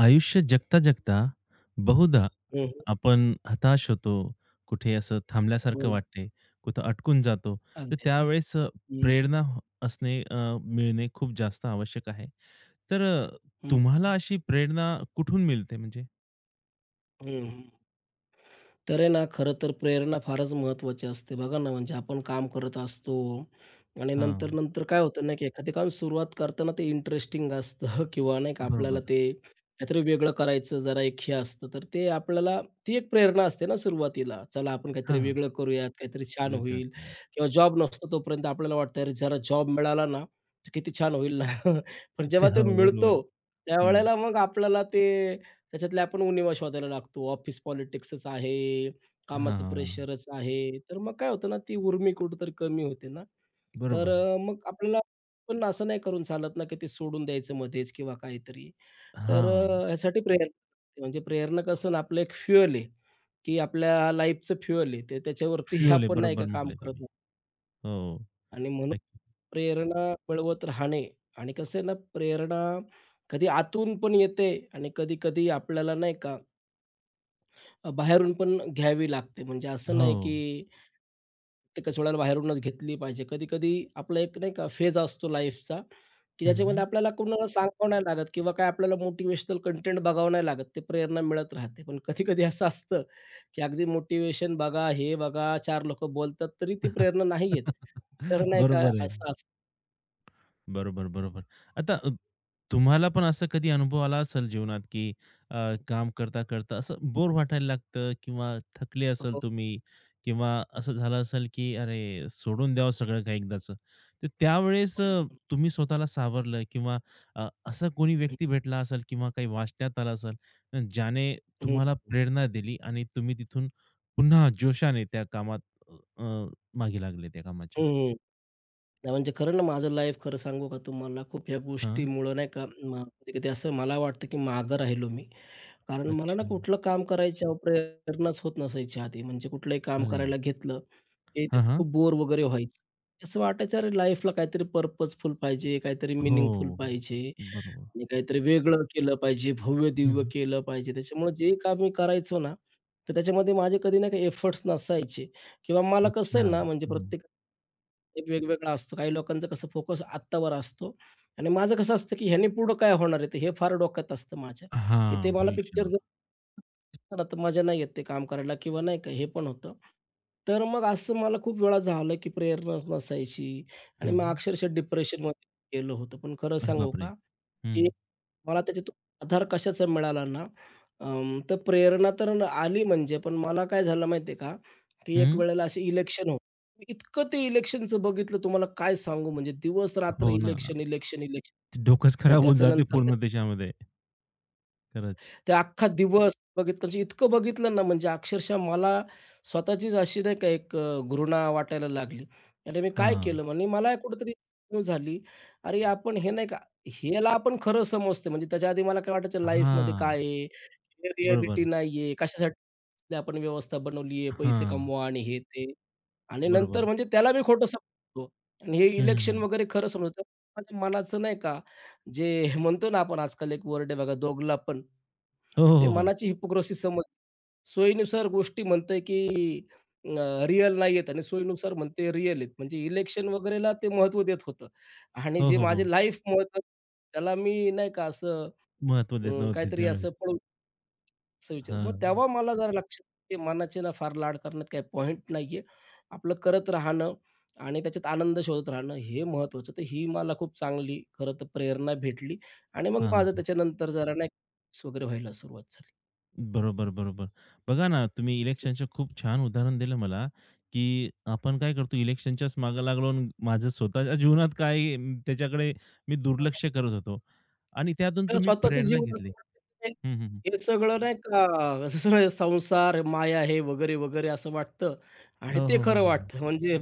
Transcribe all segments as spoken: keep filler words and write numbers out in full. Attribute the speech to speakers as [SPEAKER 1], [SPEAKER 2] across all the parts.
[SPEAKER 1] आयुष्य जगता, जगता बहुधा
[SPEAKER 2] हं, हं.
[SPEAKER 1] आपण हताश होतो. कुठे असं
[SPEAKER 2] हो
[SPEAKER 1] थांबल्यासारखं
[SPEAKER 2] ना.
[SPEAKER 1] वाटते. कुठं अटकून जातो. तर
[SPEAKER 2] अगदी,
[SPEAKER 1] त्यावेळेस अ, प्रेरणा ह- असणे अ, मिळणे खूप जास्त आवश्यक आहे. तर अ,
[SPEAKER 2] हं,
[SPEAKER 1] तुम्हाला
[SPEAKER 2] हं.
[SPEAKER 1] अशी प्रेरणा कुठून मिळते म्हणजे?
[SPEAKER 2] हं, हं. तर आहे ना, खरं तर प्रेरणा फारच महत्त्वाची असते. बघा ना, म्हणजे आपण काम करत असतो आणि
[SPEAKER 1] हां,
[SPEAKER 2] नंतर-नंतर काय होतं ना, की एखादे काम सुरुवात करताना ते इंटरेस्टिंग असतं किंवा नाही का आपल्याला
[SPEAKER 1] बरोबर.
[SPEAKER 2] ते काहीतरी वेगळं करायचं जरा एक हे असतं. तर ते आपल्याला ती एक प्रेरणा असते ना सुरुवातीला. चला आपण काहीतरी
[SPEAKER 1] हां,
[SPEAKER 2] वेगळं करूयात, काहीतरी छान
[SPEAKER 1] वेगळं
[SPEAKER 2] होईल
[SPEAKER 1] मिळा.
[SPEAKER 2] किंवा जॉब नसतो तोपर्यंत आपल्याला वाटतं, "अरे जरा जॉब मिळाला ना, तर किती छान होईल ना." पण
[SPEAKER 1] ते
[SPEAKER 2] जेव्हा
[SPEAKER 1] हो,
[SPEAKER 2] ते मिळतो
[SPEAKER 1] बरोबर. हं.
[SPEAKER 2] त्यावेळेला मग आपल्याला ते त्याच्यातल्या आपण उणिवा शोधायला लागतो. ऑफिस पॉलिटिक्सच आहे, कामाचं
[SPEAKER 1] हां,
[SPEAKER 2] प्रेशरच आहे. तर मग काय होतं ना, ती उर्मी कुठेतरी कमी होते ना. तर
[SPEAKER 1] बरोबर.
[SPEAKER 2] अ, मग आपल्याला पण असं नाही करून चालत ना, की ते सोडून द्यायचं मध्येच किंवा काहीतरी. तर
[SPEAKER 1] हां,
[SPEAKER 2] अ, ह्यासाठी प्रेरणा म्हणजे प्रेरणा कसं ना, आपलं एक फ्युअल आहे, की आपल्या लाईफचं फ्युअल आहे. ते त्याच्यावरती
[SPEAKER 1] फ्युअल आहे.
[SPEAKER 2] आपण नाही
[SPEAKER 1] बरोबर
[SPEAKER 2] का काम
[SPEAKER 1] म्हटले
[SPEAKER 2] करत
[SPEAKER 1] तुम्ही.
[SPEAKER 2] नाही.
[SPEAKER 1] हो.
[SPEAKER 2] आणि म्हणून
[SPEAKER 1] नक्की.
[SPEAKER 2] प्रेरणा मिळवत राहणे आणि कसं आहे ना, प्रेरणा कधी आतून पण येते आणि कधी-कधी आपल्याला नाही का अ, बाहेरून पण घ्यावी लागते. म्हणजे असं
[SPEAKER 1] हो.
[SPEAKER 2] नाही की प्रत्येकच वेळेला बाहेरूनच घेतली पाहिजे. कधी-कधी आपला एक नाही का फेज असतो लाईफचा, की ज्याच्यामध्ये
[SPEAKER 1] हं,
[SPEAKER 2] आपल्याला कोणाला सांगावं नाही लागत किंवा काय आपल्याला मोटिव्हेशनल कंटेंट बघावं नाही लागत. ते प्रेरणा मिळत राहते. पण कधी-कधी असं असतं, की अगदी मोटिव्हेशन बघा, हे बघा, चार लोकं बोलतात तरी ती प्रेरणा नाही येत. तर नाही का
[SPEAKER 1] बरोबर आहे.
[SPEAKER 2] असं असतं.
[SPEAKER 1] बरोबर, बरोबर. आता अ, तुम्हाला पण असा कधी अनुभव आला असेल जीवनात, की अ, काम करता-करता असं बोर वाटायला लागतं किंवा थकले
[SPEAKER 2] हो,
[SPEAKER 1] असेल
[SPEAKER 2] हो.
[SPEAKER 1] तुम्ही किंवा असं झालं असेल, की अरे सोडून द्यावं सगळं काही एकदाचं. तर त्यावेळेस
[SPEAKER 2] हो, ना.
[SPEAKER 1] अ, तुम्ही स्वतःला सावरलं किंवा अ, असा कोणी
[SPEAKER 2] हं,
[SPEAKER 1] व्यक्ती भेटला असेल किंवा काही वाचण्यात आलं असेल, अ, ज्याने तुम्हाला
[SPEAKER 2] हं.
[SPEAKER 1] प्रेरणा दिली आणि तुम्ही तिथून पुन्हा जोशाने त्या कामात अ, अ, मागे लागले त्या
[SPEAKER 2] हं,
[SPEAKER 1] कामाच्या.
[SPEAKER 2] हं. नाही म्हणजे खरं ना माझं लाईफ खरं सांगू का तुम्हाला खूप ह्या
[SPEAKER 1] हां,
[SPEAKER 2] गोष्टीमुळं नाही का कधी-कधी असं मला वाटतं की मागं राहिलो मी. कारण मला ना
[SPEAKER 1] अच्छा.
[SPEAKER 2] कुठलं काम करायची प्रेरणाच होत नसायची आधी. म्हणजे कुठलंही काम
[SPEAKER 1] अरे!
[SPEAKER 2] करायला घेतलं की त्याच्यात
[SPEAKER 1] हां,
[SPEAKER 2] खूप बोर वगैरे व्हायचं. असं वाटायचं अरे लाईफला काहीतरी पर्पजफुल पाहिजे, काहीतरी
[SPEAKER 1] हो,
[SPEAKER 2] मिनिंगफुल
[SPEAKER 1] हो, हो.
[SPEAKER 2] पाहिजे
[SPEAKER 1] बरोबर.
[SPEAKER 2] आणि काहीतरी वेगळं केलं पाहिजे,
[SPEAKER 1] हं,
[SPEAKER 2] भव्य-दिव्य
[SPEAKER 1] हं.
[SPEAKER 2] केलं पाहिजे. त्याच्यामुळे जे काम मी करायचो ना, तर त्याच्यामध्ये माझे कधी ना काही एफर्ट्स नसायचे किंवा मला कसं
[SPEAKER 1] अच्छा.
[SPEAKER 2] आहे ना म्हणजे
[SPEAKER 1] हं.
[SPEAKER 2] एक वेगवेगळा असतो. काही लोकांचं कसं फोकस आत्तावर असतो आणि माझं कसं असतं, की ह्याने पुढं काय होणार आहे? ते हे फार डोक्यात असतं माझ्या, की ते
[SPEAKER 1] हां,
[SPEAKER 2] मला पिक्चर
[SPEAKER 1] भविष्यावर.
[SPEAKER 2] जर दिसला ना, तर मजा नाही येत काम करायला किंवा नाही का हे पण होतं. तर मग असं मला खूप वेळा झालं, की प्रेरणाच नसायची
[SPEAKER 1] हं,
[SPEAKER 2] आणि मग
[SPEAKER 1] हं.
[SPEAKER 2] अक्षरशः डिप्रेशनमध्ये गेलं होतं. पण खरं
[SPEAKER 1] अरे
[SPEAKER 2] सांगू
[SPEAKER 1] बापरे!
[SPEAKER 2] का?
[SPEAKER 1] हं,
[SPEAKER 2] मला त्याच्यातून आधार कशाचा मिळाला ना, अं, तर प्रेरणा तर न- आली म्हणजे, पण मला काय झालं माहिती आहे का, की एक
[SPEAKER 1] हं.
[SPEAKER 2] वेळेला असे इलेक्शन होते. इतकं ते इलेक्शनचं बघितलं तुम्हाला काय सांगू, म्हणजे दिवस-रात्र
[SPEAKER 1] हो ना.
[SPEAKER 2] इलेक्शन, इलेक्शन, इलेक्शन
[SPEAKER 1] ते डोकंच
[SPEAKER 2] आणि
[SPEAKER 1] खराब होऊन जाते
[SPEAKER 2] त्याच्यानंतर
[SPEAKER 1] पूर्ण त्याच्यामध्ये. खरंच.
[SPEAKER 2] ते अख्खा दिवस बघितलं म्हणजे इतकं बघितलं ना, म्हणजे अक्षरशः मला स्वतःचीच अशी नाही का एक अ, घृणा वाटायला लागली. अरे, मी काय
[SPEAKER 1] हां.
[SPEAKER 2] केलं? म्हणजे मला कुठेतरी जाणीव झाली, अरे, आपण हे नाही का, ह्याला आपण खरं समजतो. म्हणजे त्याच्या आधी मला काय वाटायचं लाईफमध्ये
[SPEAKER 1] हां.
[SPEAKER 2] काय आहे? हे
[SPEAKER 1] बरोबर.
[SPEAKER 2] नाहीये. कशासाठी आपण व्यवस्था बनवली आहे, पैसे
[SPEAKER 1] हां.
[SPEAKER 2] कमवा आणि हे ते. आणि नंतर
[SPEAKER 1] बरोबर.
[SPEAKER 2] म्हणजे त्याला मी खोटं समजतो आणि हे
[SPEAKER 1] हं,
[SPEAKER 2] इलेक्शन
[SPEAKER 1] हं.
[SPEAKER 2] वगैरे खरं समजतो. माझ्या मनाचं नाही का, जे म्हणतो ना आपण आजकाल एक वर्ड आहे बघा, दोघलापण.
[SPEAKER 1] हो,
[SPEAKER 2] ते
[SPEAKER 1] हो, हो.
[SPEAKER 2] मनाची हिपोक्रसी समज. सोयीनुसार गोष्टी म्हणतंय की अ, रिअल नाहीयेत आणि सोयीनुसार म्हणते रिअल आहेत. म्हणजे इलेक्शन वगैरेला ते महत्त्व देत होतं आणि
[SPEAKER 1] हो,
[SPEAKER 2] जे
[SPEAKER 1] हो, हो.
[SPEAKER 2] माझे
[SPEAKER 1] हो.
[SPEAKER 2] लाईफ महत्त्व त्याला मी नाही का असं
[SPEAKER 1] महत्त्व देत
[SPEAKER 2] अ,
[SPEAKER 1] नव्हते
[SPEAKER 2] काहीतरी
[SPEAKER 1] त्यावेळेस.
[SPEAKER 2] असं पळून असं विचार. मग
[SPEAKER 1] हां.
[SPEAKER 2] तेव्हा मला जरा लक्षात ते मनाचे ना फार लाड करण्यात काही पॉइंट नाहीये. आपलं करत राहणं आणि त्याच्यात आनंद शोधत राहणं हे महत्त्वाचं. तर ही मला खूप चांगली खरं तर प्रेरणा भेटली आणि मग
[SPEAKER 1] हां,
[SPEAKER 2] माझं
[SPEAKER 1] हां.
[SPEAKER 2] त्याच्यानंतर जरा नाही का वगैरे व्हायला सुरुवात झाली.
[SPEAKER 1] बरोबर, बरोबर. बघा ना, तुम्ही इलेक्शनचं खूप छान उदाहरण दिलं मला, की आपण काय करतो इलेक्शनच्याच मागे लागलो आणि माझं स्वतःच्या जीवनात काय म, त्याच्याकडे मी दुर्लक्ष करत होतो आणि त्यातून
[SPEAKER 2] आपल्याला
[SPEAKER 1] तुम्ही
[SPEAKER 2] स्वतःचं
[SPEAKER 1] प्रेरणा
[SPEAKER 2] जीवन असं
[SPEAKER 1] घेतली.
[SPEAKER 2] वाटतं की
[SPEAKER 1] हं, हं, हं.
[SPEAKER 2] ते- हे सगळं नाही का, असं सगळं संसार, माया हे वगैरे, वगैरे असं वाटतं आणि
[SPEAKER 1] हो,
[SPEAKER 2] ते
[SPEAKER 1] हो, हो,
[SPEAKER 2] खरं
[SPEAKER 1] हो, हो.
[SPEAKER 2] वाटतं म्हणजे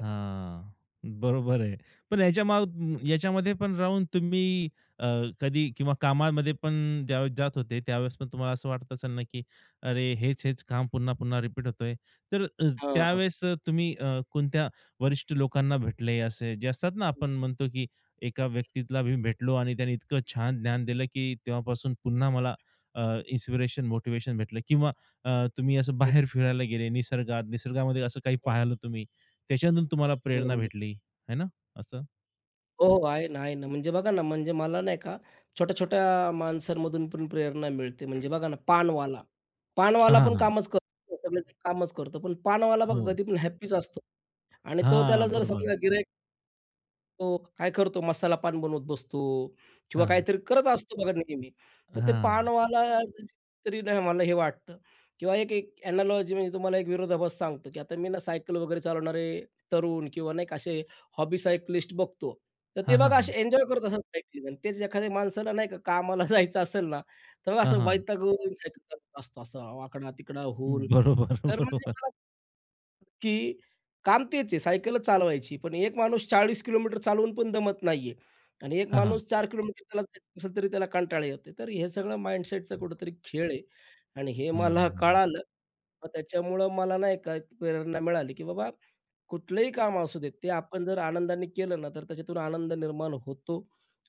[SPEAKER 1] हां. बरोबर आहे. पण याच्या माग याच्यामध्ये पण राहून तुम्ही अ, कधी किंवा कामामध्ये पण ज्यावेळेस जात होते, त्यावेळेस पण तुम्हाला असं वाटत असेल ना, की अरे, हेच-हेच काम पुन्हा-पुन्हा रिपीट होतोय. तर अ,
[SPEAKER 2] हां, हां.
[SPEAKER 1] त्यावेळेस तुम्ही अ, कोणत्या वरिष्ठ लोकांना भेटले असे, जे असतात ना, आपण म्हणतो, की एका व्यक्तीला मी भेटलो आणि त्याने इतकं छान ज्ञान दिलं, की तेव्हापासून पुन्हा मला इन्स्पिरेशन, मोटिव्हेशन भेटलं किंवा अ, तुम्ही असं बाहेर फिरायला गेले निसर्गात, निसर्गामध्ये असं काही पाहिलं तुम्ही? त्याच्यातून तुम्हाला
[SPEAKER 2] हो,
[SPEAKER 1] प्रेरणा
[SPEAKER 2] हो.
[SPEAKER 1] भेटली, आहे ना असं?
[SPEAKER 2] हो, हो. आहे ना, आहे ना. म्हणजे बघा ना, म्हणजे मला नाही का छोट्या-छोट्या माणसांमधून पण प्रेरणा मिळते. म्हणजे बघा ना, पानवाला.
[SPEAKER 1] हां,
[SPEAKER 2] पानवाला
[SPEAKER 1] हां,
[SPEAKER 2] पण
[SPEAKER 1] हां.
[SPEAKER 2] कामच करतो. सगळेजण कामच करतो. पण पानवाला बघा
[SPEAKER 1] हो.
[SPEAKER 2] कधी पण हॅपीच असतो आणि तो
[SPEAKER 1] हां,
[SPEAKER 2] त्याला जर
[SPEAKER 1] बरोबर.
[SPEAKER 2] समजा तो काय करतो मसाला पान बनवत बसतो किंवा
[SPEAKER 1] हां, हां.
[SPEAKER 2] काहीतरी करत असतो बघा नेहमी. तर ते
[SPEAKER 1] हां,
[SPEAKER 2] पानवाला तरी नाही मला हे वाटतं किंवा एक एक एनालॉजी म्हणजे तुम्हाला एक विरोधाभास सांगतो, की आता मी ना सायकल वगैरे चालवणारे तरुण किंवा नाही का असे हॉबी सायकलिस्ट बघतो. तर ते
[SPEAKER 1] हां,
[SPEAKER 2] बघा
[SPEAKER 1] हां.
[SPEAKER 2] असे एन्जॉय करत असतात सायकलिंग आणि तेच एखाद्या माणसाला नाही का कामाला जायचं असेल ना, तर बघा
[SPEAKER 1] हां,
[SPEAKER 2] असं
[SPEAKER 1] हां.
[SPEAKER 2] वैतागून सायकल चालवत असतो, असा वाकडा-तिकडा होऊन.
[SPEAKER 1] बरोबर,
[SPEAKER 2] तर म्हणजे
[SPEAKER 1] बरोबर.
[SPEAKER 2] मला की काम तेच आहे सायकलच चालवायची. पण एक माणूस चाळीस किलोमीटर चालवून पण दमत नाहीये आणि एक
[SPEAKER 1] हां, हां.
[SPEAKER 2] माणूस चार किलोमीटर त्याला जायचं असेल तरी त्याला कंटाळा येतोय. तर हे सगळं माइंडसेटचा कुठेतरी खेळ आहे आणि हे
[SPEAKER 1] हं, हं,
[SPEAKER 2] मला
[SPEAKER 1] हं,
[SPEAKER 2] कळालं. मग त्याच्यामुळं मला नाही का, एक प्रेरणा मिळाली की बाबा कुठलंही काम असू देत, ते आपण जर आनंदाने केलं ना, तर त्याच्यातून आनंद निर्माण होतो.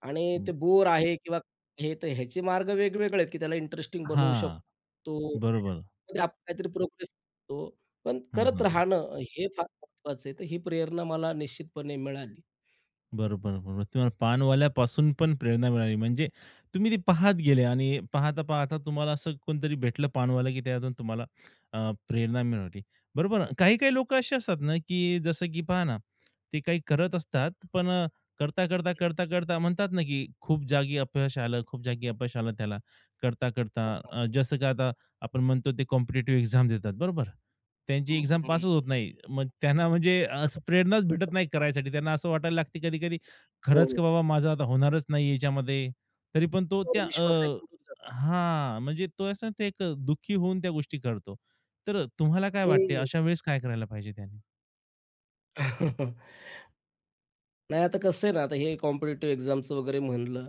[SPEAKER 2] आणि
[SPEAKER 1] हं.
[SPEAKER 2] ते बोर आहे किंवा हे तर ह्याचे मार्ग वेगवेगळे आहेत, की त्याला इंटरेस्टिंग बनवू
[SPEAKER 1] हां,
[SPEAKER 2] शकतो.
[SPEAKER 1] बरोबर.
[SPEAKER 2] त्यामध्ये आपण काहीतरी प्रोग्रेस करतो. पण
[SPEAKER 1] हां,
[SPEAKER 2] करत
[SPEAKER 1] हां, हां.
[SPEAKER 2] राहणं हे फार महत्वाचं आहे. तर ही प्रेरणा मला निश्चितपणे मिळाली.
[SPEAKER 1] बरोबर, बरोबर. तुम्हाला पानवाल्यापासून पण प्रेरणा मिळाली. म्हणजे तुम्ही ते पाहत गेले आणि पाहता-पाहता तुम्हाला असं कोणतरी भेटलं पानवाला, की त्यातून तुम्हाला अ, प्रेरणा मिळाली. बरोबर. काही-काही लोकं असे असतात ना, की जसं की पहा ना, ते काही करत असतात, पण अ, करता, करता, करता, करता म्हणतात ना, की खूप जागी अपयश आलं, खूप जागी अपयश आलं त्याला. करता, करता
[SPEAKER 2] हां.
[SPEAKER 1] अ, जसं का आता आपण म्हणतो ते कॉम्पिटिटिव्ह एक्झाम देतात, बरोबर? त्यांची एक्झाम
[SPEAKER 2] हं,
[SPEAKER 1] पासच होत नाही. मग त्यांना म्हणजे असं प्रेरणाच भेटत नाही करायसाठी. त्यांना असं वाटायला लागते कधी-कधी,
[SPEAKER 2] हो,
[SPEAKER 1] खरंच
[SPEAKER 2] हो.
[SPEAKER 1] का बाबा माझं आता होणारच नाही याच्यामध्ये. तरी पण तो त्या अ,
[SPEAKER 2] विश्वास आहे.
[SPEAKER 1] हां, म्हणजे तो असं ते एक दुःखी होऊन त्या गोष्टी करतो. तर तुम्हाला काय वाटते
[SPEAKER 2] हं.
[SPEAKER 1] अशा वेळेस काय करायला पाहिजे त्याने?
[SPEAKER 2] नाही आता कसं आहे ना, आता हे कॉम्पिटिटिव्ह एक्झामचं वगैरे म्हणलं,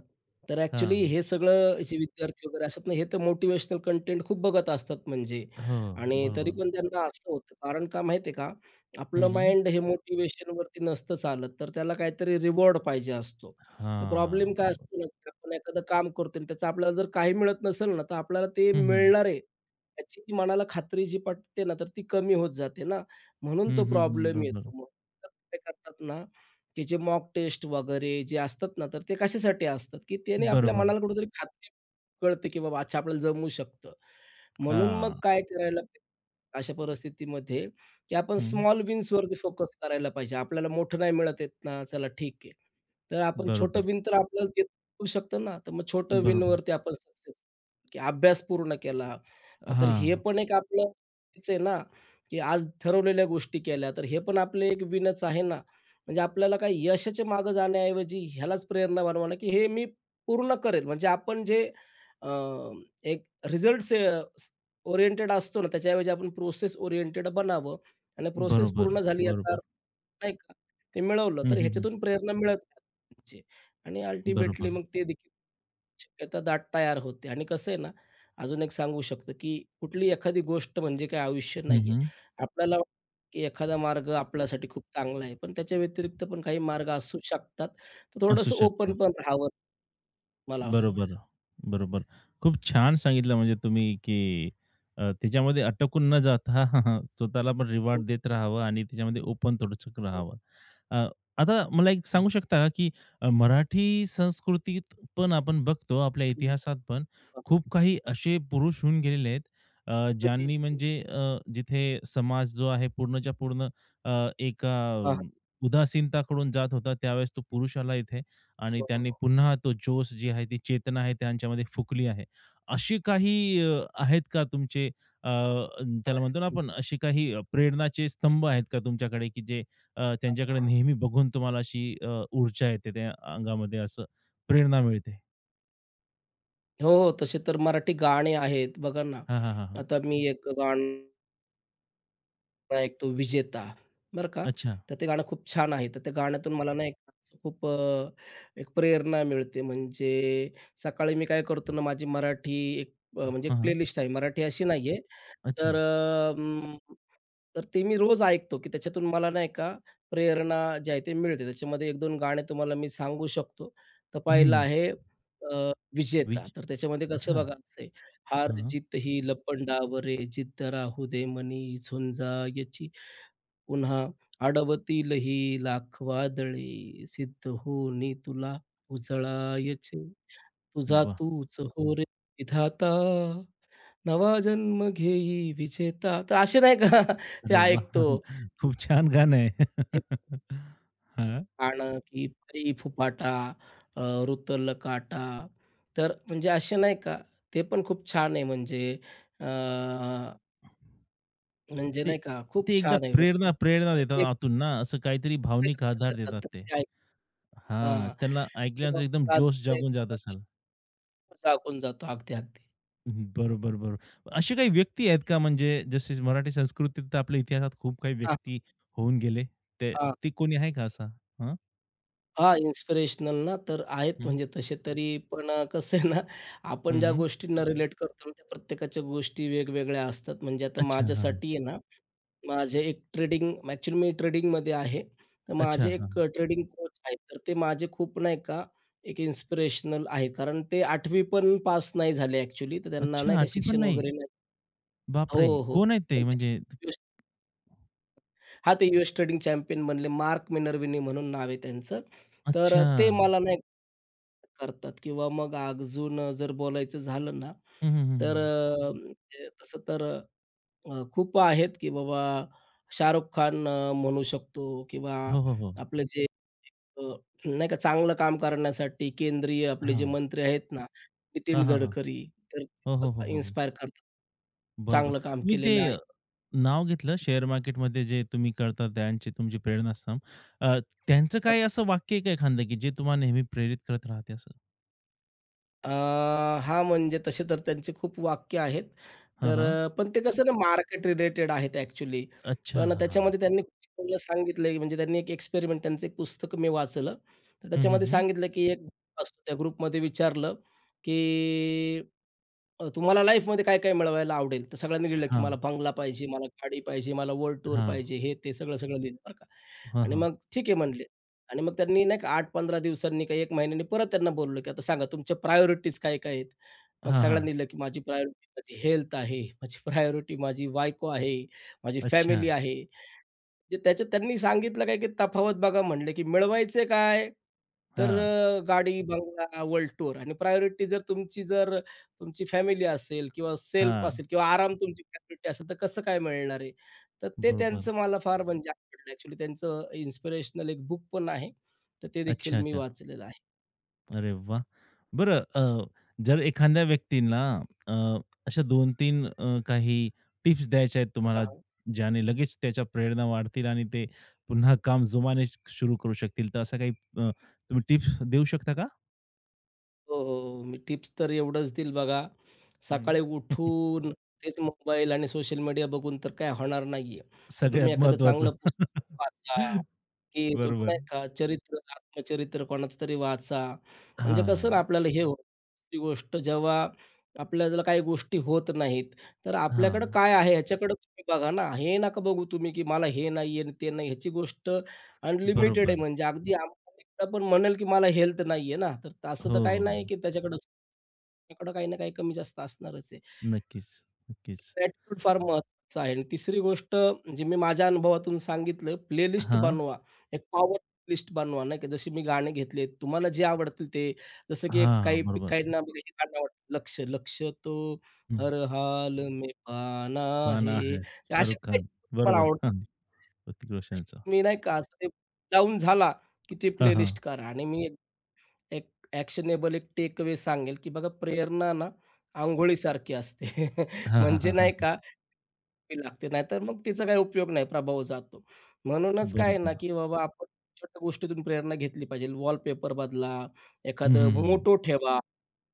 [SPEAKER 2] तर ॲक्चुअली
[SPEAKER 1] हां.
[SPEAKER 2] हे सगळं जे विद्यार्थी वगैरे असतात ना, हे तर मोटिव्हेशनल कंटेंट खूप बघत असतात म्हणजे
[SPEAKER 1] हो,
[SPEAKER 2] आणि तरी
[SPEAKER 1] बरोबर.
[SPEAKER 2] पण त्यांना असं होतं. कारण का माहिती आहे का,
[SPEAKER 1] हं,
[SPEAKER 2] आपलं
[SPEAKER 1] हं.
[SPEAKER 2] माइंड हे मोटिव्हेशनवरती नसतं चालत, तर त्याला काहीतरी रिवॉर्ड पाहिजे असतो. तर
[SPEAKER 1] हां,
[SPEAKER 2] प्रॉब्लेम काय
[SPEAKER 1] बरोबर.
[SPEAKER 2] असतो ना, की आपण एखादं काम करतो आणि त्याचं आपल्याला जर काही मिळत नसेल ना, तर आपल्याला ते
[SPEAKER 1] हं, हं.
[SPEAKER 2] मिळणार आहे त्याची जी मनाला खात्री जी पटते ना, तर ती कमी होत जाते ना, म्हणून
[SPEAKER 1] हं,
[SPEAKER 2] तो
[SPEAKER 1] हं, हं.
[SPEAKER 2] प्रॉब्लेम येतो
[SPEAKER 1] बरोबर.
[SPEAKER 2] मग. तर ते करतात ना, की जे मॉक टेस्ट वगैरे जे असतात ना, तर ते कशासाठी असतात, की त्याने आपल्या
[SPEAKER 1] बरोबर.
[SPEAKER 2] मनाला कुठेतरी खात्री कळते, की बाबा अच्छा आपल्याला जमू शकतं. म्हणून मग
[SPEAKER 1] हां.
[SPEAKER 2] काय करायला अशा परिस्थितीमध्ये, की आपण
[SPEAKER 1] हं.
[SPEAKER 2] स्मॉल विन्सवरती फोकस करायला पाहिजे. आपल्याला मोठं नाही मिळत आहेत ना, चला ठीक आहे. तर आपण छोटं
[SPEAKER 1] बरोबर.
[SPEAKER 2] विन तर आपल्याला देत होऊ शकतं ना, तर मग छोटं
[SPEAKER 1] बरोबर.
[SPEAKER 2] विनवरती आपण सक्सेस की अभ्यास पूर्ण केला. तर हे
[SPEAKER 1] हां.
[SPEAKER 2] पण एक आपलं हेच आहे ना, की आज ठरवलेल्या गोष्टी केल्या, तर हे पण आपले एक विनच आहे ना. म्हणजे आपल्याला काही यशाच्या मागे जाण्याऐवजी ह्यालाच प्रेरणा बनवणं, की हे मी पूर्ण करेल. म्हणजे आपण जे अ, एक रिझल्ट्स अ, ओरिएंटेड असतो ना, त्याच्याऐवजी आपण प्रोसेस ओरिएंटेड बनावं आणि प्रोसेस
[SPEAKER 1] बरोबर.
[SPEAKER 2] पूर्ण झाली याचा
[SPEAKER 1] बरोबर.
[SPEAKER 2] अर्थ नाही का, ते मिळवलं
[SPEAKER 1] हं,
[SPEAKER 2] तर
[SPEAKER 1] हं, हं.
[SPEAKER 2] ह्याच्यातून प्रेरणा मिळत राहते आणि अल्टिमेटली
[SPEAKER 1] बरोबर.
[SPEAKER 2] मग ते देखील शक्यता दाट तयार होते आणि कसं आहे ना, अजून एक सांगू शकतो, की कुठली एखादी गोष्ट म्हणजे काही आयुष्य
[SPEAKER 1] हं,
[SPEAKER 2] नाहीये.
[SPEAKER 1] हं.
[SPEAKER 2] आपल्याला वाटतं, की एखादा मार्ग आपल्यासाठी खूप चांगला आहे, पण त्याच्या व्यतिरिक्त पण काही मार्ग असू शकतात. तर
[SPEAKER 1] असू
[SPEAKER 2] थोडंसं
[SPEAKER 1] शकतं.
[SPEAKER 2] ओपन पण राहावं मला असं वाटतं.
[SPEAKER 1] बरोबर, बरोबर. खूप छान सांगितलं म्हणजे तुम्ही, की अ, त्याच्यामध्ये अटकून न जाता स्वतःला पण रिवॉर्ड
[SPEAKER 2] हो,
[SPEAKER 1] देत राहावं आणि त्याच्यामध्ये ओपन थोडंसं
[SPEAKER 2] हो.
[SPEAKER 1] राहावं. अ, आता मला एक सांगू
[SPEAKER 2] अगदी.
[SPEAKER 1] शकता का, की अ, मराठी संस्कृतीत पण आपण बघतो, आपल्या
[SPEAKER 2] हं, हं.
[SPEAKER 1] इतिहासात पण खूप काही असे पुरुष होऊन गेलेले आहेत, अ,
[SPEAKER 2] हं, हं.
[SPEAKER 1] ज्यांनी म्हणजे अ, जिथे समाज जो आहे पूर्णच्या पूर्ण अ, एका अम, उदासीनताकडून जात होता, त्यावेळेस तो पुरुषाला इथे आणि
[SPEAKER 2] हो,
[SPEAKER 1] त्यांनी
[SPEAKER 2] हो.
[SPEAKER 1] पुन्हा तो जोश जी आहे ती चेतना आहे त्यांच्यामध्ये फुकली आहे. अशी काही अ, आहेत का तुमचे अ, त्याला म्हणतो ना आपण अशी काही अ, प्रेरणाचे स्तंभ आहेत का तुमच्याकडे, की जे अ, त्यांच्याकडे नेहमी बघून तुम्हाला अशी अ, ऊर्जा येते त्या अंगामध्ये असं प्रेरणा मिळते?
[SPEAKER 2] हो, हो. तसे तर मराठी गाणे आहेत. बघा ना,
[SPEAKER 1] हां, हां, हां, हां.
[SPEAKER 2] आता मी एक गाणं नाही एक तो विजेता, बरं का.
[SPEAKER 1] अच्छा.
[SPEAKER 2] तर ते गाणं खूप छान आहे. तर त्या गाण्यातून मला नाही का असं खूप अ, एक प्रेरणा मिळते. म्हणजे सकाळी मी काय करतो ना, माझी मराठी एक अ,
[SPEAKER 1] हां,
[SPEAKER 2] म्हणजे
[SPEAKER 1] हां.
[SPEAKER 2] प्लेलिस्ट आहे. मराठी अशी नाही
[SPEAKER 1] अच्छा.
[SPEAKER 2] तर अ, अं, तर ते मी रोज ऐकतो, की त्याच्यातून मला नाही का प्रेरणा जी आहे, ते मिळते. त्याच्यामध्ये एक दोन गाणे तुम्हाला मी सांगू शकतो. तर पहिलं
[SPEAKER 1] हं.
[SPEAKER 2] आहे अ, विजेता.
[SPEAKER 1] वीज
[SPEAKER 2] तर त्याच्यामध्ये कसं
[SPEAKER 1] अच्छा.
[SPEAKER 2] बघा हार
[SPEAKER 1] हां.
[SPEAKER 2] जीत ही लपंडावरे जिद्द राहू दे मनी झुंजायची पुन्हा अडवतील ही लाख वादळे सिद्ध होनी तुला उजळायचे तुझा
[SPEAKER 1] वाह!
[SPEAKER 2] तूच हो रे विधाता नवा जन्म घेई विजेता तर असे नाही का ते
[SPEAKER 1] अरे वाह!
[SPEAKER 2] ऐकतो की
[SPEAKER 1] खूप छान गाणं आहे.
[SPEAKER 2] एक
[SPEAKER 1] हां.
[SPEAKER 2] गाणं की पै फुपाटा अ, रुतल काटा तर म्हणजे असे नाही का ते पण खूप छान आहे म्हणजे म्हणजे
[SPEAKER 1] ते
[SPEAKER 2] नाही का, खूप
[SPEAKER 1] ते एकदा
[SPEAKER 2] छान आहे
[SPEAKER 1] प्रेरणा
[SPEAKER 2] बरं का.
[SPEAKER 1] प्रेरणा
[SPEAKER 2] आणि ते
[SPEAKER 1] देतात आतून ना, असं काहीतरी भावनिक आधार
[SPEAKER 2] देतात तर
[SPEAKER 1] देतात
[SPEAKER 2] ते
[SPEAKER 1] ते.
[SPEAKER 2] ऐक
[SPEAKER 1] हां,
[SPEAKER 2] हां.
[SPEAKER 1] त्यांना ऐकल्यानंतर
[SPEAKER 2] किंवा
[SPEAKER 1] एकदम
[SPEAKER 2] मग
[SPEAKER 1] जोश
[SPEAKER 2] अजून एक
[SPEAKER 1] जागून जात असाल.
[SPEAKER 2] झाकून जातो. अगदी, अगदी.
[SPEAKER 1] हं, बरोबर, बरोबर. असे काही व्यक्ती आहेत का म्हणजे जसे मराठी संस्कृतीत तर आपल्या इतिहासात खूप काही
[SPEAKER 2] हां,
[SPEAKER 1] व्यक्ती होऊन गेले. ते
[SPEAKER 2] हां.
[SPEAKER 1] ते कोणी आहे का असा? हां,
[SPEAKER 2] हां, इन्स्पिरेशनल ना, तर आहेत
[SPEAKER 1] हं,
[SPEAKER 2] म्हणजे तसे तरी पण अ, कसं आहे ना, आपण ज्या
[SPEAKER 1] हं,
[SPEAKER 2] गोष्टींना रिलेट करतो ना, त्या प्रत्येकाच्या गोष्टी वेगवेगळ्या असतात. म्हणजे आता
[SPEAKER 1] अच्छा, हां, हां.
[SPEAKER 2] माझ्यासाठी आहे ना माझे एक ट्रेडिंग ॲक्चुअली मी ट्रेडिंगमध्ये आहे. तर
[SPEAKER 1] अच्छा,
[SPEAKER 2] माझे एक
[SPEAKER 1] हां.
[SPEAKER 2] ट्रेडिंग कोच आहेत. तर ते माझे खूप नाही का एक इन्स्पिरेशनल आहेत. कारण ते 8वी पण पास नाही झाले ॲक्चुअली. तर त्यांना
[SPEAKER 1] अच्छा,
[SPEAKER 2] नाही का
[SPEAKER 1] आठवी पण
[SPEAKER 2] शिक्षण
[SPEAKER 1] नाही.
[SPEAKER 2] वगैरे नाही हो,
[SPEAKER 1] बापरे!
[SPEAKER 2] हो.
[SPEAKER 1] कोण आहेत ते
[SPEAKER 2] पण ते
[SPEAKER 1] म्हणजे?
[SPEAKER 2] यूएस हां, ते यूएस ट्रेडिंग चॅम्पियन बनले. मार्क मिनर्विनी म्हणून नाव आहे त्यांचं. तर अ,
[SPEAKER 1] अच्छा.
[SPEAKER 2] ते मला नाही करतात किंवा मग अजून अ, जर बोलायचं झालं ना,
[SPEAKER 1] हं, हं,
[SPEAKER 2] तर
[SPEAKER 1] हं,
[SPEAKER 2] अ, ते तसं तर अ, खूप आहेत की बाबा शाहरुख खान अ, म्हणू शकतो किंवा
[SPEAKER 1] हो, हो, हो.
[SPEAKER 2] आपलं जे अ, नाही का चांगलं काम करण्यासाठी केंद्रीय आपले जे
[SPEAKER 1] हां.
[SPEAKER 2] मंत्री आहेत ना, नितीन
[SPEAKER 1] हां, हां, हां.
[SPEAKER 2] गडकरी तर
[SPEAKER 1] हो, हो, हो, हो. हो.
[SPEAKER 2] इन्स्पायर करतात.
[SPEAKER 1] बरोबर.
[SPEAKER 2] चांगलं काम
[SPEAKER 1] तुम्ही ते
[SPEAKER 2] केलेलं आहे.
[SPEAKER 1] नाव घेतलं शेअर मार्केटमध्ये जे तुम्ही करता त्यांची तुमची प्रेरणास्थान. अ, त्यांचं काही असं वाक्य आहे का एखादं, की जे तुम्हाला नेहमी प्रेरित करत राहते असं?
[SPEAKER 2] अ, हां, म्हणजे तसे तर त्यांचे खूप वाक्य आहेत.
[SPEAKER 1] हां,
[SPEAKER 2] तर
[SPEAKER 1] हां.
[SPEAKER 2] अ, पण ते हं. कसं ना मार्केट रिलेटेड आहेत ॲक्चुअली.
[SPEAKER 1] अच्छा.
[SPEAKER 2] पण
[SPEAKER 1] हां, हां.
[SPEAKER 2] त्याच्यामध्ये त्यांनी खूप चांगलं सांगितलं, म्हणजे त्यांनी एक एक्सपेरिमेंट त्यांचं एक पुस्तक मी वाचलं. तर
[SPEAKER 1] हं, हं,
[SPEAKER 2] त्याच्यामध्ये
[SPEAKER 1] हं.
[SPEAKER 2] सांगितलं, की एक ग्रुप असतो. त्या ग्रुपमध्ये विचारलं, की अ, तुम्हाला लाईफमध्ये काय-काय मिळवायला आवडेल? तर सगळ्यांनी लिहिलं, की
[SPEAKER 1] हां,
[SPEAKER 2] मला बंगला पाहिजे, मला गाडी पाहिजे, मला वर्ल्ड टूर
[SPEAKER 1] हां.
[SPEAKER 2] पाहिजे, हे ते सगळं-सगळं लिहिलं बरं का.
[SPEAKER 1] हां,
[SPEAKER 2] आणि
[SPEAKER 1] हां.
[SPEAKER 2] मग ठीक आहे म्हणले. आणि मग त्यांनी नाही का आठ ते पंधरा दिवसांनी काही एक महिन्यानी परत त्यांना बोलावलं, की आता सांगा तुमच्या प्रायोरिटीज काय काय आहेत? मग
[SPEAKER 1] हां, हां.
[SPEAKER 2] सगळ्यांनी दिलं, की माझी प्रायोरिटी माझी हेल्थ आहे, माझी प्रायोरिटी माझी बायको आहे, माझी
[SPEAKER 1] अच्छा.
[SPEAKER 2] फॅमिली आहे. म्हणजे त्याच्यात त्यांनी सांगितलं काय, की तफावत बघा म्हणले, की मिळवायचे काय? तर
[SPEAKER 1] हां,
[SPEAKER 2] अ, गाडी, बंगला, वर्ल्ड टूर आणि प्रायोरिटी जर तुमची जर तुमची फॅमिली असेल किंवा सेल्फ
[SPEAKER 1] हां.
[SPEAKER 2] असेल किंवा आराम तुमची प्रायोरिटी असेल, तर कसं काय मिळणार आहे? तर ते
[SPEAKER 1] बरोबर.
[SPEAKER 2] त्यांचं मला फार म्हणजे आवडलं ॲक्चुअली त्यांचं इन्स्पिरेशनल एक बुक पण आहे. तर ते देखील
[SPEAKER 1] अच्छा,
[SPEAKER 2] मी
[SPEAKER 1] अच्छा.
[SPEAKER 2] वाचलेलं आहे.
[SPEAKER 1] अरे वाह! बरं अ, जर एखाद्या व्यक्तींना अ, अशा दोन तीन अ, काही टिप्स द्यायच्या आहेत
[SPEAKER 2] हां,
[SPEAKER 1] तुम्हाला,
[SPEAKER 2] हां.
[SPEAKER 1] ज्याने लगेच त्याच्या प्रेरणा वाढतील आणि ते पुन्हा काम जोमाने सुरू करू शकतील, तर अशा काही अ, तुम्ही टिप्स देऊ शकता का?
[SPEAKER 2] हो, हो. मी टिप्स तर एवढंच देईल बघा,
[SPEAKER 1] हं.
[SPEAKER 2] सकाळी उठून तेच मोबाईल आणि सोशल मीडिया बघून तर काय होणार नाहीये. तर तुम्ही
[SPEAKER 1] सगळ्यात
[SPEAKER 2] एखादं
[SPEAKER 1] महत्त्वाचं.
[SPEAKER 2] चांगलं पुस्तक वाचा. की तुम्ही
[SPEAKER 1] बरोबर.
[SPEAKER 2] नाही का चरित्र, आत्मचरित्र कोणाचं तरी वाचा. म्हणजे कसं
[SPEAKER 1] हां,
[SPEAKER 2] ना आपल्याला हे होतं. दुसरी गोष्ट जेव्हा आपल्याला काही गोष्टी होत नाहीत, तर आपल्याकडं
[SPEAKER 1] हां.
[SPEAKER 2] काय आहे ह्याच्याकडे तुम्ही बघा ना. हे नका बघू तुम्ही की मला हे नाहीये आणि ते नाही. ह्याची गोष्ट अनलिमिटेड आहे.
[SPEAKER 1] बरोबर.
[SPEAKER 2] म्हणजे अगदी अंबानीला पण म्हणेल की मला हेल्थ नाहीये ना, तर असं तर
[SPEAKER 1] हो,
[SPEAKER 2] काही
[SPEAKER 1] हो, हो.
[SPEAKER 2] नाही की त्याच्याकडं सगळ्यांकडं काही ना काही कमी जास्त असणारच आहे.
[SPEAKER 1] नक्कीच, नक्कीच.
[SPEAKER 2] ॲटिट्यूड फार महत्त्वाचा आहे आणि तिसरी गोष्ट जी मी माझ्या अनुभवातून सांगितलं, प्लेलिस्ट
[SPEAKER 1] हां,
[SPEAKER 2] बनवा. एक पॉवर लिस्ट बनवा, नाही का. जशी मी गाणी घेतली तुम्हाला जे आवडतील ते जसं की एक
[SPEAKER 1] हां,
[SPEAKER 2] काही
[SPEAKER 1] बरोबर.
[SPEAKER 2] काहींना बघा हे गाणं आवडतं, लक्ष्य. लक्ष्य तो
[SPEAKER 1] हं.
[SPEAKER 2] हर हाल में पाना
[SPEAKER 1] पाना
[SPEAKER 2] है.
[SPEAKER 1] है
[SPEAKER 2] ते असे
[SPEAKER 1] शाहरुख
[SPEAKER 2] काही
[SPEAKER 1] खान.
[SPEAKER 2] मला
[SPEAKER 1] बरोबर.
[SPEAKER 2] आवडतात.
[SPEAKER 1] ऋतिक रोशनचा.
[SPEAKER 2] मी नाही का असं ते डाउन झाला, की ते
[SPEAKER 1] हां, हां.
[SPEAKER 2] प्लेलिस्ट करा आणि मी एक एक ॲक्शनेबल एक टेकअवे सांगेल, की बघा प्रेरणा ना, अंघोळीसारखी असते.
[SPEAKER 1] हां. हां,
[SPEAKER 2] म्हणजे
[SPEAKER 1] हां, हां,
[SPEAKER 2] नाही
[SPEAKER 1] हां.
[SPEAKER 2] का ती लागते. नाहीतर मग तिचा काही उपयोग नाही, प्रभाव जातो. म्हणूनच काय आहे ना,
[SPEAKER 1] बरोबर.
[SPEAKER 2] की बाबा आपण छोट्या गोष्टीतून प्रेरणा घेतली पाहिजे. वॉलपेपर बदला,
[SPEAKER 1] हं,
[SPEAKER 2] एखादं
[SPEAKER 1] हं, हं, हं.
[SPEAKER 2] मोटो ठेवा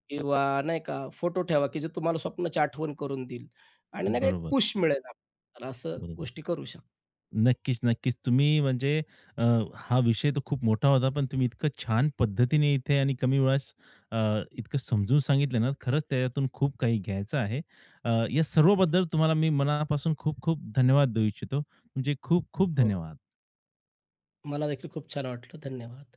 [SPEAKER 2] किंवा नाही का फोटो ठेवा, की जे तुम्हाला स्वप्नाची आठवण करून देईल आणि नाही का एक
[SPEAKER 1] बरोबर,
[SPEAKER 2] पुश मिळेल आपल्याला. तर असं
[SPEAKER 1] बरोबर.
[SPEAKER 2] गोष्टी करू शकतो.
[SPEAKER 1] नक्कीच, नक्कीच. तुम्ही म्हणजे अ, हा विषय तर खूप मोठा होता, पण तुम्ही इतकं छान पद्धतीने इथे आणि कमी वेळात अ, इतकं समजून सांगितलं ना, खरंच त्याच्यातून खूप काही घ्यायचं आहे. अ, या सर्वबद्दल तुम्हाला मी मनापासून खूप खूप धन्यवाद देऊ इच्छितो. तुमचे खूप खूप
[SPEAKER 2] हो,
[SPEAKER 1] धन्यवाद.
[SPEAKER 2] मला देखील खूप छान वाटलं. धन्यवाद.